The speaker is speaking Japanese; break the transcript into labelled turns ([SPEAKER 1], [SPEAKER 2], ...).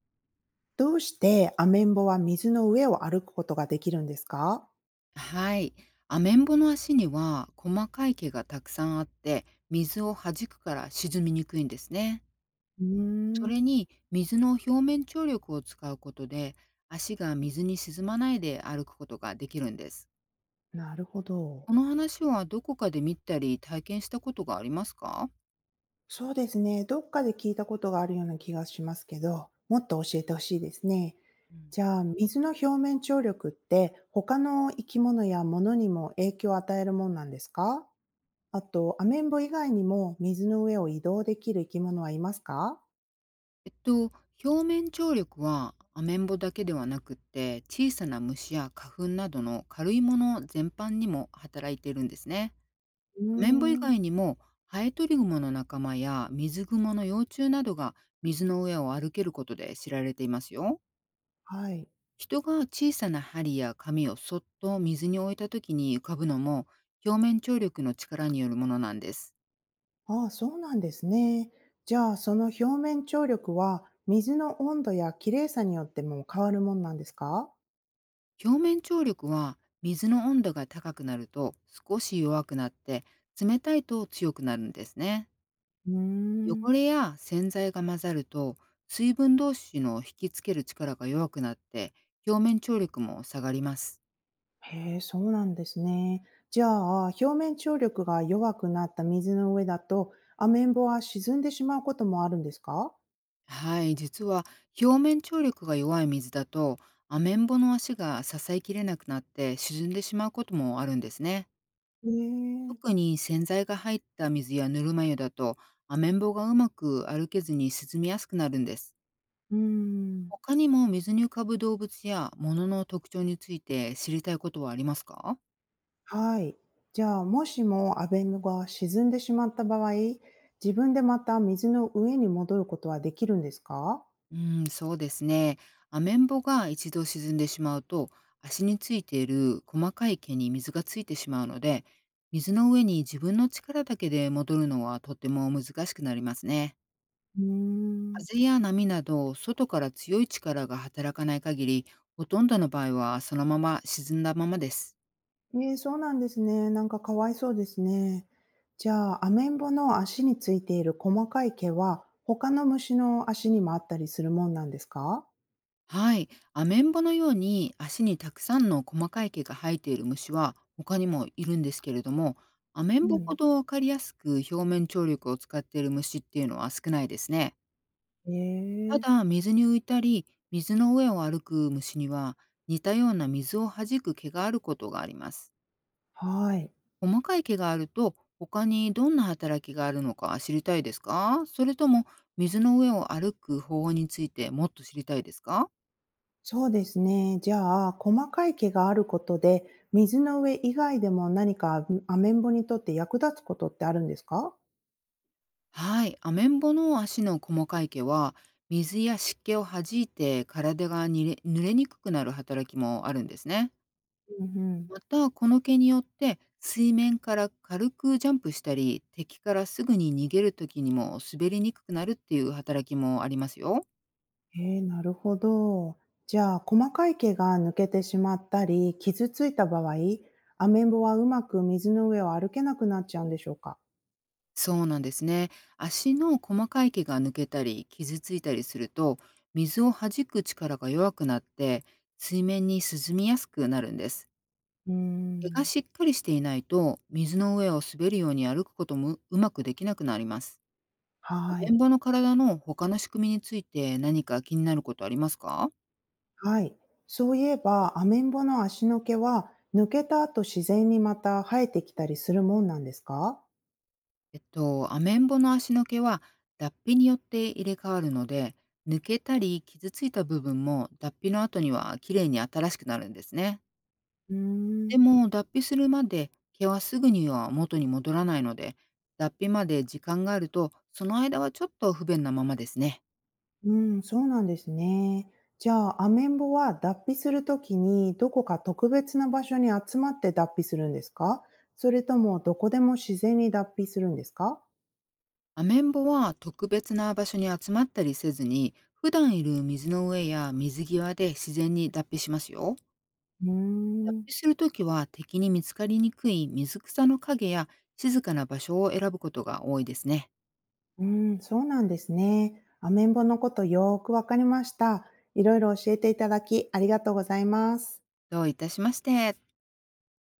[SPEAKER 1] どうしてアメンボは水の上を歩くことができるんですか？
[SPEAKER 2] はい。アメンボの足には細かい毛がたくさんあって、水を弾くから沈みにくいんですね。
[SPEAKER 1] うー
[SPEAKER 2] それ
[SPEAKER 1] ん、
[SPEAKER 2] に水の表面張力を使うことで、足が水に沈まないで歩くことができるんです。
[SPEAKER 1] なるほど。
[SPEAKER 2] この話はどこかで見たり体験したことがありますか？
[SPEAKER 1] そうですね。どっかで聞いたことがあるような気がしますけど、もっと教えてほしいですね。
[SPEAKER 2] うん、
[SPEAKER 1] じゃあ、水の表面張力って他の生き物や物にも影響を与えるもんなんですか？あと、アメンボ以外にも水の上を移動できる生き物はいますか？
[SPEAKER 2] えっと、表面張力はアメンボだけではなくって、小さな虫や花粉などの軽いもの全般にも働いているんですね。
[SPEAKER 1] うー
[SPEAKER 2] アメンボ以
[SPEAKER 1] ん、
[SPEAKER 2] 外にもハエトリグモの仲間や水グモの幼虫などが水の上を歩けることで知られていますよ。
[SPEAKER 1] はい。
[SPEAKER 2] 人が小さな針や紙をそっと水に置いた時に浮かぶのも表面張力の力によるものなんです。
[SPEAKER 1] ああ、そうなんですね。じゃあ、その表面張力は水の温度や綺麗さによっても変わるもんなんですか？
[SPEAKER 2] 表面張力は水の温度が高くなると少し弱くなって、冷たいと強くなるんですね。
[SPEAKER 1] うーん。
[SPEAKER 2] 汚れや洗剤が混ざると水分同士の引きつける力が弱くなって、表面張力も下がります。
[SPEAKER 1] へえ、そうなんですね。じゃあ、表面張力が弱くなった水の上だと、アメンボは沈んでしまうこともあるんですか？
[SPEAKER 2] はい、実は表面張力が弱い水だとアメンボの足が支えきれなくなって沈んでしまうこともあるんですね。
[SPEAKER 1] へえ、
[SPEAKER 2] 特に洗剤が入った水やぬるま湯だとアメンボがうまく歩けずに沈みやすくなるんです。
[SPEAKER 1] うーん。
[SPEAKER 2] 他にも水に浮かぶ動物や物の特徴について知りたいことはありますか？
[SPEAKER 1] はい。じゃあ、もしもアメンボが沈んでしまった場合、自分でまた水の上に戻ることはできるんですか？
[SPEAKER 2] うん、そうですね。アメンボが一度沈んでしまうと、足についている細かい毛に水がついてしまうので、水の上に自分の力だけで戻るのはとても難しくなりますね。
[SPEAKER 1] うーん。
[SPEAKER 2] 風や波など、外から強い力が働かない限り、ほとんどの場合はそのまま沈んだままです。
[SPEAKER 1] ええ、そうなんですね。なんかかわいそうですね。じゃあ、アメンボの足についている細かい毛は、他の虫の足にもあったりするもんなんですか？
[SPEAKER 2] はい。アメンボのように足にたくさんの細かい毛が生えている虫は他にもいるんですけれども、アメ
[SPEAKER 1] う
[SPEAKER 2] ンボほ
[SPEAKER 1] ん。
[SPEAKER 2] どわかりやすく表面張力を使っている虫っていうのは少ないですね。
[SPEAKER 1] え
[SPEAKER 2] た
[SPEAKER 1] え、
[SPEAKER 2] だ、水に浮いたり、水の上を歩く虫には似たような水を弾く毛があることがあります。
[SPEAKER 1] はい。
[SPEAKER 2] 細かい毛があると他にどんな働きがあるのか知りたいですか？それとも水の上を歩く方法についてもっと知りたいですか？
[SPEAKER 1] そうですね。じゃあ、細かい毛があることで、水の上以外でも何か、アメンボにとって役立つことってあるんですか？
[SPEAKER 2] はい、アメンボの足の細かい毛は水や湿気を弾いて体がにれ濡れにくくなる働きもあるんですね。
[SPEAKER 1] うん、うん。
[SPEAKER 2] またこの毛によって水面から軽くジャンプしたり敵からすぐに逃げる時にも滑りにくくなるっていう働きもありますよ。
[SPEAKER 1] ええ、なるほど。じゃあ、細かい毛が抜けてしまったり、傷ついた場合、アメンボはうまく水の上を歩けなくなっちゃうんでしょうか？
[SPEAKER 2] そうなんですね。足の細かい毛が抜けたり傷ついたりすると水を弾く力が弱くなって、水面に沈みやすくなるんです。
[SPEAKER 1] うー
[SPEAKER 2] 毛が
[SPEAKER 1] ん。
[SPEAKER 2] しっかりしていないと、水の上を滑るように歩くこともうまくできなくなります。ア
[SPEAKER 1] は
[SPEAKER 2] メ
[SPEAKER 1] い。
[SPEAKER 2] ンボの体の他の仕組みについて何か気になることありますか？
[SPEAKER 1] はい。そういえば、アメンボの足の毛は、抜けた後自然にまた生えてきたりするもんなんですか？
[SPEAKER 2] アメンボの足の毛は脱皮によって入れ替わるので、抜けたり傷ついた部分も脱皮の後にはきれいに新しくなるんですね。
[SPEAKER 1] うー
[SPEAKER 2] で
[SPEAKER 1] ん。
[SPEAKER 2] も脱皮するまで毛はすぐには元に戻らないので、脱皮まで時間があると、その間はちょっと不便なままですね。
[SPEAKER 1] うん、そうなんですね。じゃあ、アメンボは脱皮するときにどこか特別な場所に集まって脱皮するんですか？それともどこでも自然に脱皮するんですか？
[SPEAKER 2] アメンボは特別な場所に集まったりせずに、普段いる水の上や水際で自然に脱皮しますよ。
[SPEAKER 1] うー
[SPEAKER 2] 脱
[SPEAKER 1] ん、
[SPEAKER 2] 皮するときは敵に見つかりにくい水草の影や静かな場所を選ぶことが多いですね。
[SPEAKER 1] うん、そうなんですね。アメンボのことよーくわかりました。いろいろ教えていただきありがとうございます。
[SPEAKER 2] どういたしまして。